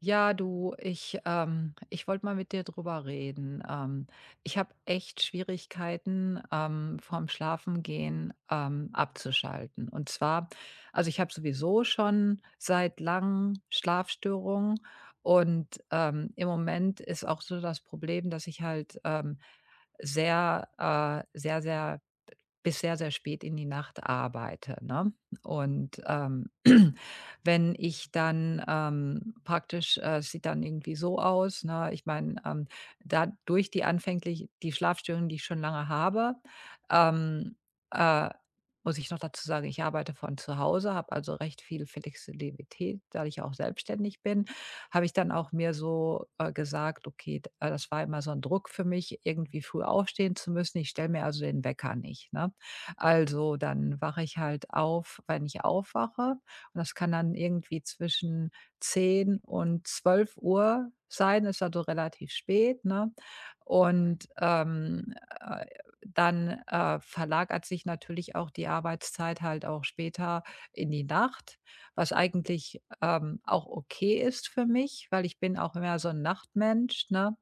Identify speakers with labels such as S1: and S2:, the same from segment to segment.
S1: Ja, du, ich wollte mal mit dir drüber reden. Ich habe echt Schwierigkeiten, vorm Schlafengehen abzuschalten. Und zwar, also ich habe sowieso schon seit langem Schlafstörungen, und im Moment ist auch so das Problem, dass ich halt sehr, sehr, sehr bis sehr, sehr spät in die Nacht arbeite, ne? Und, wenn ich dann, praktisch es sieht dann irgendwie so aus, ne? Ich meine, dadurch die anfänglich die Schlafstörungen, die ich schon lange habe, ähm, äh, muss ich noch dazu sagen, ich arbeite von zu Hause, habe also recht viel Flexibilität, da ich auch selbstständig bin. Habe ich dann auch mir so, gesagt: „Okay, d“ das war immer so ein Druck für mich, irgendwie früh aufstehen zu müssen. Ich stelle mir also den Wecker nicht, ne? Also, dann wache ich halt auf, wenn ich aufwache, und das kann dann irgendwie zwischen 10 und 12 Uhr sein, ist also relativ spät, ne?
S2: Mhm,
S1: Und, äh, dann, verlagert sich natürlich auch die Arbeitszeit halt auch später in die Nacht, was eigentlich, auch okay ist für mich, weil ich bin auch immer so ein Nachtmensch, ne?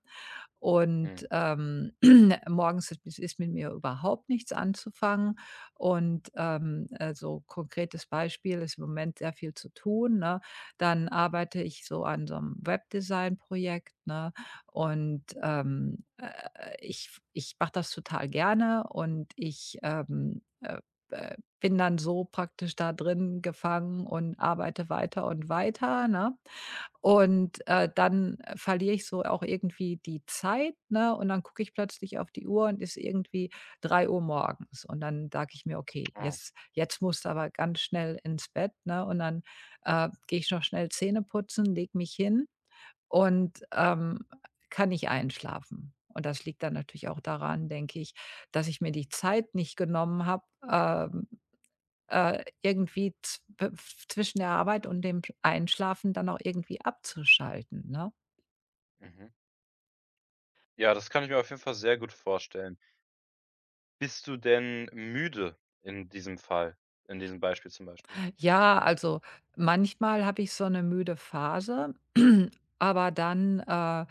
S1: Und,
S2: mhm.
S1: morgens ist mit mir überhaupt nichts anzufangen. Und, so konkretes Beispiel, ist im Moment sehr viel zu tun, ne? Dann arbeite ich so an so einem Webdesign-Projekt, ne? Und, ich mache das total gerne, und ich, bin dann so praktisch da drin gefangen und arbeite weiter und weiter, ne? Und, dann verliere ich so auch irgendwie die Zeit, ne? Und dann gucke ich plötzlich auf die Uhr, und ist irgendwie 3 Uhr morgens. Und dann sage ich mir: „Okay,
S2: Ah,
S1: jetzt musst du aber ganz schnell ins Bett", ne? Und dann, gehe ich noch schnell Zähne putzen, lege mich hin und, kann nicht einschlafen. Und das liegt dann natürlich auch daran, denke ich, dass ich mir die Zeit nicht genommen habe, ähm irgendwie zw zwischen der Arbeit und dem Einschlafen dann auch irgendwie abzuschalten, ne?
S2: mhm. Ja, das kann ich mir auf jeden Fall sehr gut vorstellen. Bist du denn müde in diesem Fall in diesem Beispiel zum Beispiel?
S1: Ja, also manchmal habe ich so eine müde Phase, aber dann, äh,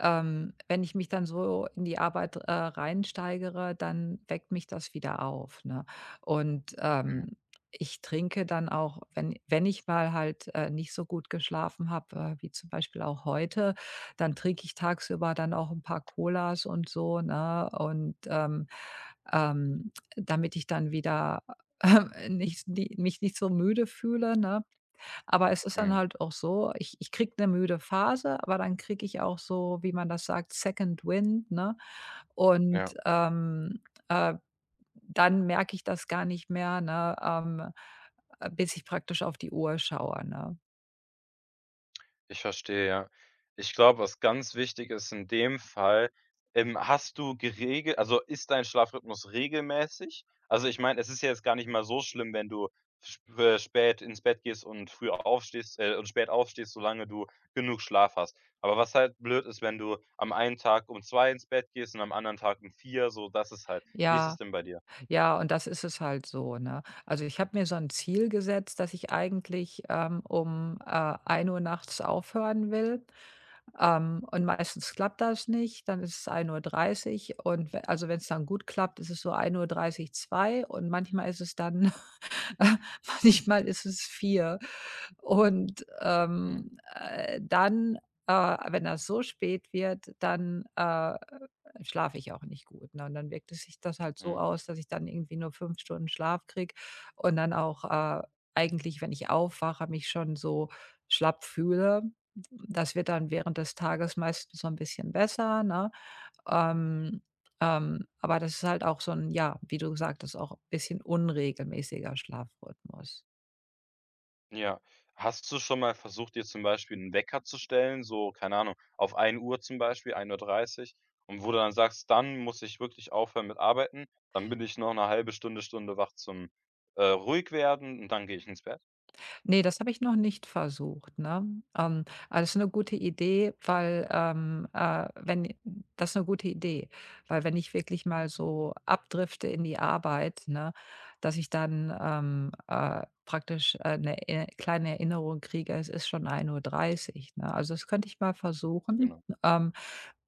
S1: ähm, wenn ich mich dann so in die Arbeit, reinsteigere, dann weckt mich das wieder auf, ne? Und,
S2: Mhm,
S1: ich trinke dann auch, wenn ich mal halt, nicht so gut geschlafen habe, wie zum Beispiel auch heute, dann trinke ich tagsüber dann auch ein paar Colas und so, ne? Und, damit ich dann wieder nicht nie mich nicht so müde fühle, ne? Aber es ist dann
S2: mhm,
S1: halt auch so, ich kriege eine müde Phase, aber dann kriege ich auch so, wie man das sagt, Second Wind, ne? Und,
S2: ja.
S1: äh, dann merke ich das gar nicht mehr, ne, bis ich praktisch auf die Uhr schaue, ne?
S2: Ich verstehe, ja. Ich glaube, was ganz wichtig ist in dem Fall, hast du gerege also, ist dein Schlafrhythmus regelmäßig? Also, ich meine, es ist ja jetzt gar nicht mal so schlimm, wenn du sp spät ins Bett gehst und früh aufstehst und spät aufstehst, solange du genug Schlaf hast. Aber was halt blöd ist, wenn du am einen Tag um 2 ins Bett gehst und am anderen Tag um 4, so, das ist halt wie ist es
S1: Ja,
S2: denn bei dir?
S1: ja, und das ist es halt so, ne? Also, ich habe
S2: Mhm.
S1: mir so ein Ziel gesetzt, dass ich eigentlich, um, 1 Uhr nachts aufhören will. Und meistens klappt das nicht, dann ist es 1:30 Uhr, und we also, wenn es dann gut klappt, ist es so 1:30 Uhr zwei, und manchmal ist es dann manchmal ist es vier. Und,
S2: Mhm.
S1: dann, wenn das so spät wird, dann, schlafe ich auch nicht gut, ne? Und dann wirkt es sich das halt so
S2: Mhm.
S1: aus, dass ich dann irgendwie nur 5 Stunden Schlaf kriege und dann auch, eigentlich, wenn ich aufwache, mich schon so schlapp fühle. Das wird dann während des Tages meistens so ein bisschen besser, ne? Ähm, aber das ist halt auch so ein, ja, wie du gesagt hast, auch ein bisschen unregelmäßiger Schlafrhythmus.
S2: Ja. Hast du schon mal versucht, dir zum Beispiel 'n Wecker zu stellen, so, keine Ahnung, auf ein Uhr zum Beispiel, 1:30 Uhr, und wo du dann sagst: „Dann muss ich wirklich aufhören mit Arbeiten, dann bin ich noch 'ne halbe Stunde, Stunde wach zum ruhig werden, und dann gehe ich ins Bett.“
S1: Nee, das habe ich noch nicht versucht, ne? Ähm, aber das ist 'ne gute Idee, weil, wenn das ist 'ne gute Idee, weil wenn ich wirklich mal so abdrifte in die Arbeit, ne, dass ich dann, praktisch, 'ne e kleine Erinnerung kriege, es ist schon 1:30 Uhr, ne? Also, das könnte ich mal versuchen.
S2: Genau,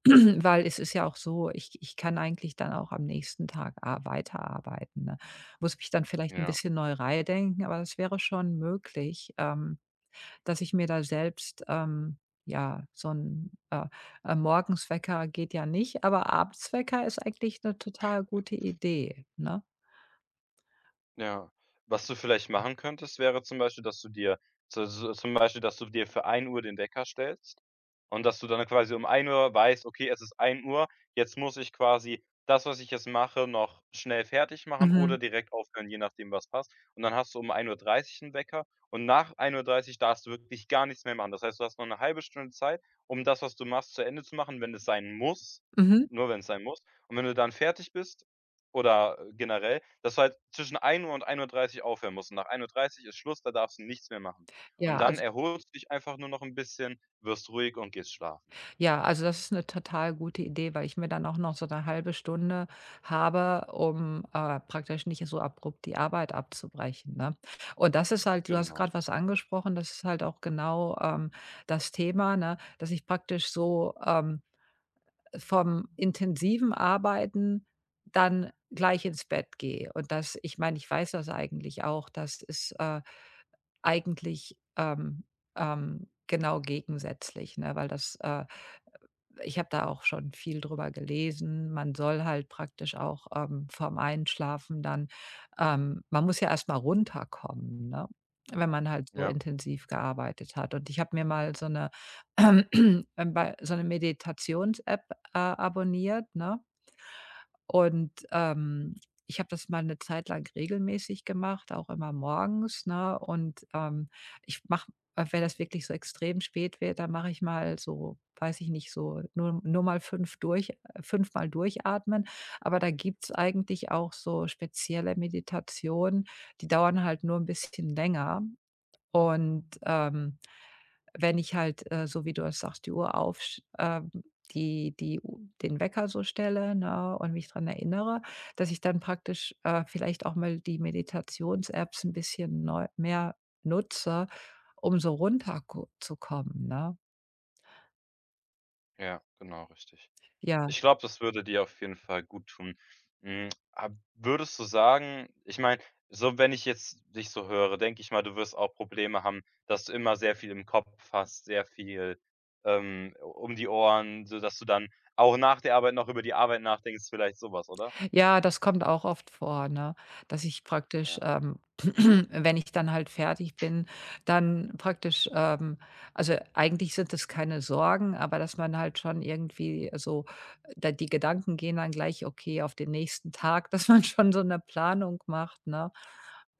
S1: Weil es ist ja auch so, ich kann eigentlich dann auch am nächsten Tag a weiterarbeiten, ne? Muss mich dann vielleicht ein
S2: ja.
S1: bisschen neu reindenken, aber es wäre schon möglich, dass ich mir da selbst, ja, so ein Morgenswecker geht ja nicht, aber Abendswecker ist eigentlich eine total gute Idee, ne?
S2: Ja. Was du vielleicht machen könntest, wäre zum Beispiel, dass du dir zu zum Beispiel, dass du dir für 1 Uhr den Wecker stellst, und dass du dann quasi um 1 Uhr weißt: „Okay, es ist 1 Uhr, jetzt muss ich quasi das, was ich jetzt mache, noch schnell fertig machen
S1: Mhm,
S2: oder direkt aufhören“, je nachdem, was passt. Und dann hast du um 1:30 Uhr 'n Wecker, und nach 1:30 Uhr darfst du wirklich gar nichts mehr machen. Das heißt, du hast noch eine halbe Stunde Zeit, um das, was du machst, zu Ende zu machen, wenn es sein muss,
S1: mhm.
S2: nur wenn es sein muss. Und wenn du dann fertig bist, oder generell, dass du halt zwischen 1 Uhr und 1:30 Uhr aufhören musst. Und nach ein Uhr dreißig ist Schluss, da darfst du nichts mehr machen. Und
S1: Ja,
S2: dann
S1: also
S2: erholst du dich einfach nur noch ein bisschen, wirst ruhig und gehst schlafen.
S1: Ja, also das ist eine total gute Idee, weil ich mir dann auch noch so eine halbe Stunde habe, um, praktisch nicht so abrupt die Arbeit abzubrechen, ne? Und das ist halt, du hast gerade
S2: Genau.
S1: was angesprochen, das ist halt auch genau, das Thema, ne, dass ich praktisch so, vom intensiven Arbeiten dann gleich ins Bett gehe. Und das, ich meine, ich weiß das eigentlich auch, das ist, eigentlich, genau gegensätzlich, ne, weil das, ich habe da auch schon viel drüber gelesen. Man soll halt praktisch auch, vorm Einschlafen dann man muss ja erst mal runterkommen, ne, wenn man halt so
S2: Ja,
S1: intensiv gearbeitet hat. Und ich habe mir mal so 'ne bei so eine Meditations-App, abonniert, ne? Und, ich habe das mal eine Zeit lang regelmäßig gemacht, auch immer morgens, ne? Und, ich mach wenn das wirklich so extrem spät wird, dann mache ich mal so, weiß ich nicht, so nur mal fünfmal durchatmen. Aber da gibt's eigentlich auch so spezielle Meditationen, die dauern halt nur ein bisschen länger. Und, wenn ich halt, so wie du das sagst, die Uhr auf, ähm, die die U den Wecker so stelle, ne, und mich daran erinnere, dass ich dann praktisch, vielleicht auch mal die Meditations-Apps 'n bisschen neu mehr nutze, um so runterko zu kommen, ne?
S2: ja, genau, richtig.
S1: Ja.
S2: Ich glaube, das würde dir auf jeden Fall gut tun. Hm, ab Würdest du sagen, ich meine, so, wenn ich jetzt dich so höre, denke ich mal, du wirst auch Probleme haben, dass du immer sehr viel im Kopf hast, sehr viel, um die Ohren, so dass du dann auch nach der Arbeit noch über die Arbeit nachdenkst, vielleicht sowas, oder?
S1: Ja, das kommt auch oft vor, ne? Dass ich praktisch,
S2: Ja,
S1: wenn ich dann halt fertig bin, dann praktisch, also, eigentlich sind es keine Sorgen, aber dass man halt schon irgendwie so, da die Gedanken gehen dann gleich, okay, auf den nächsten Tag, dass man schon so eine Planung macht, ne?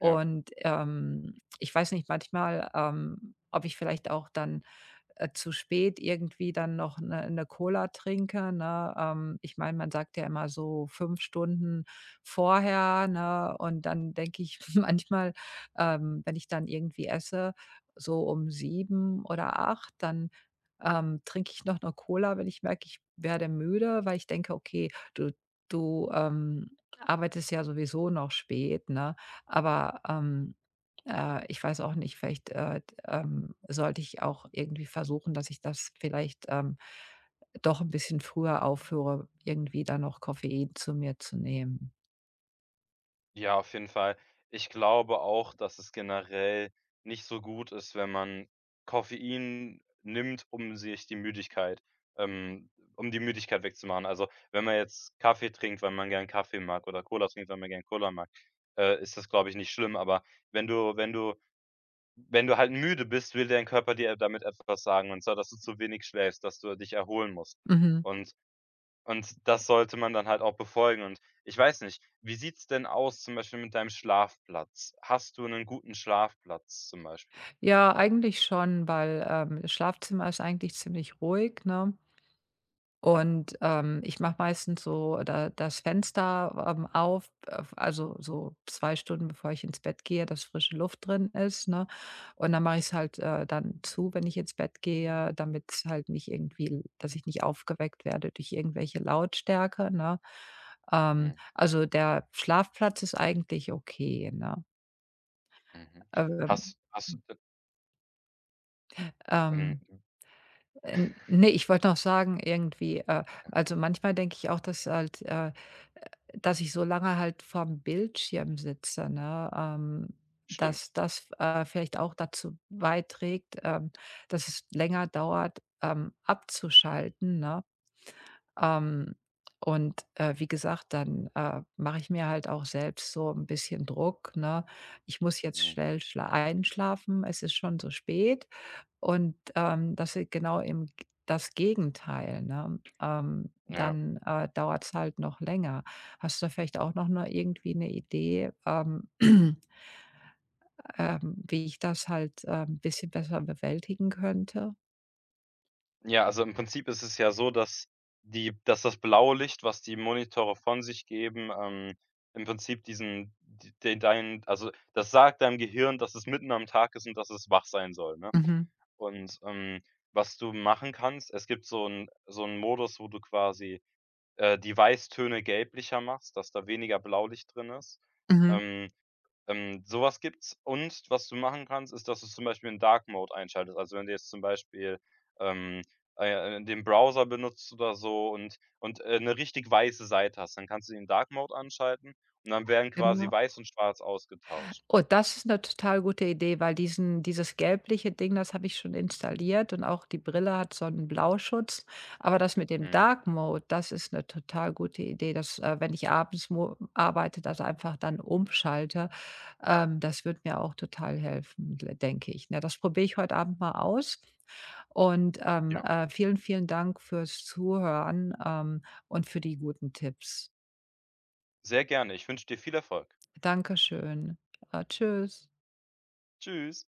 S2: ja.
S1: ich weiß nicht, manchmal, ob ich vielleicht auch dann zu spät irgendwie dann noch eine 'ne 'ne Cola trinke, ne? Ich meine, man sagt ja immer so 5 Stunden vorher, ne? Und dann denke ich manchmal, wenn ich dann irgendwie esse, so um 7 oder 8, dann, trinke ich noch eine Cola, wenn ich merke, ich werde müde, weil ich denke: „Okay, du du, arbeitest ja sowieso noch spät", ne? Aber, ich weiß auch nicht, vielleicht, sollte ich auch irgendwie versuchen, dass ich das vielleicht, doch ein bisschen früher aufhöre, irgendwie dann noch Koffein zu mir zu nehmen.
S2: Ja, auf jeden Fall. Ich glaube auch, dass es generell nicht so gut ist, wenn man Koffein nimmt, um sich die Müdigkeit ähm, um die Müdigkeit wegzumachen. Also, wenn man jetzt Kaffee trinkt, weil man gern Kaffee mag, oder Cola trinkt, weil man gern Cola mag, ist das, glaube ich, nicht schlimm. Aber wenn du wenn du wenn du halt müde bist, will dein Körper dir damit etwas sagen, und zwar, dass du zu wenig schläfst, dass du dich erholen musst.
S1: Mhm.
S2: Und Und das sollte man dann halt auch befolgen. Und ich weiß nicht, wie sieht's denn aus zum Beispiel mit deinem Schlafplatz? Hast du 'nen guten Schlafplatz zum Beispiel?
S1: Ja, eigentlich schon, weil, das Schlafzimmer ist eigentlich ziemlich ruhig, ne?
S2: Mhm.
S1: Und, ich mache meistens so da das Fenster, auf, also so 2 Stunden, bevor ich ins Bett gehe, dass frische Luft drin ist, ne? Und dann mache ich es halt, dann zu, wenn ich ins Bett gehe, damit's halt nicht irgendwie, dass ich nicht aufgeweckt werde durch irgendwelche Lautstärke, ne?
S2: Mhm.
S1: Also der Schlafplatz ist eigentlich okay, ne?
S2: Mhm.
S1: Ähm,
S2: Hast hast du d
S1: ähm
S2: mhm,
S1: Ne, ich wollte noch sagen irgendwie, also, manchmal denke ich auch, dass halt, dass ich so lange halt vorm Bildschirm sitze, ne, dass
S2: stimmt.
S1: das, vielleicht auch dazu beiträgt, dass es länger dauert, abzuschalten, ne? Ähm, und, wie gesagt, dann, mache ich mir halt auch selbst so ein bisschen Druck, ne? Ich muss jetzt
S2: Mhm.
S1: schnell schla einschlafen, es ist schon so spät. Und, das ist genau im G das Gegenteil, ne?
S2: Ja.
S1: Dann, dauert es halt noch länger. Hast du vielleicht auch noch nur irgendwie eine Idee, wie ich das halt, ein bisschen besser bewältigen könnte?
S2: Ja, also im Prinzip ist es ja so, dass die dass das blaue Licht, was die Monitore von sich geben, im Prinzip diesen d de dein also, das sagt deinem Gehirn, dass es mitten am Tag ist und dass es wach sein soll, ne?
S1: Mhm,
S2: Und, was du machen kannst, es gibt so 'n Modus, wo du quasi die Weißtöne gelblicher machst, dass da weniger Blaulicht drin ist.
S1: mhm.
S2: Ähm so gibt's, und was du machen kannst, ist, dass du zum Beispiel in Dark Mode einschaltest. Also, wenn du jetzt zum Beispiel, ähm, den Browser benutzt oder so, und 'ne richtig weiße Seite hast, dann kannst du den Dark Mode anschalten, und dann werden quasi
S1: Genau.
S2: weiß und schwarz ausgetauscht.
S1: Oh, das ist eine total gute Idee, weil diesen dieses gelbliche Ding, das habe ich schon installiert, und auch die Brille hat so 'n Blauschutz. Aber das mit dem
S2: Mhm.
S1: Dark Mode, das ist eine total gute Idee, dass, wenn ich abends mo arbeite, das einfach dann umschalte. Das wird mir auch total helfen, d denke ich. Na, das probiere ich heute Abend mal aus, und,
S2: Ja,
S1: vielen, vielen Dank fürs Zuhören, und für die guten Tipps.
S2: sehr gerne. Ich wünsche dir viel Erfolg.
S1: Dankeschön. Tschüss.
S2: Tschüss.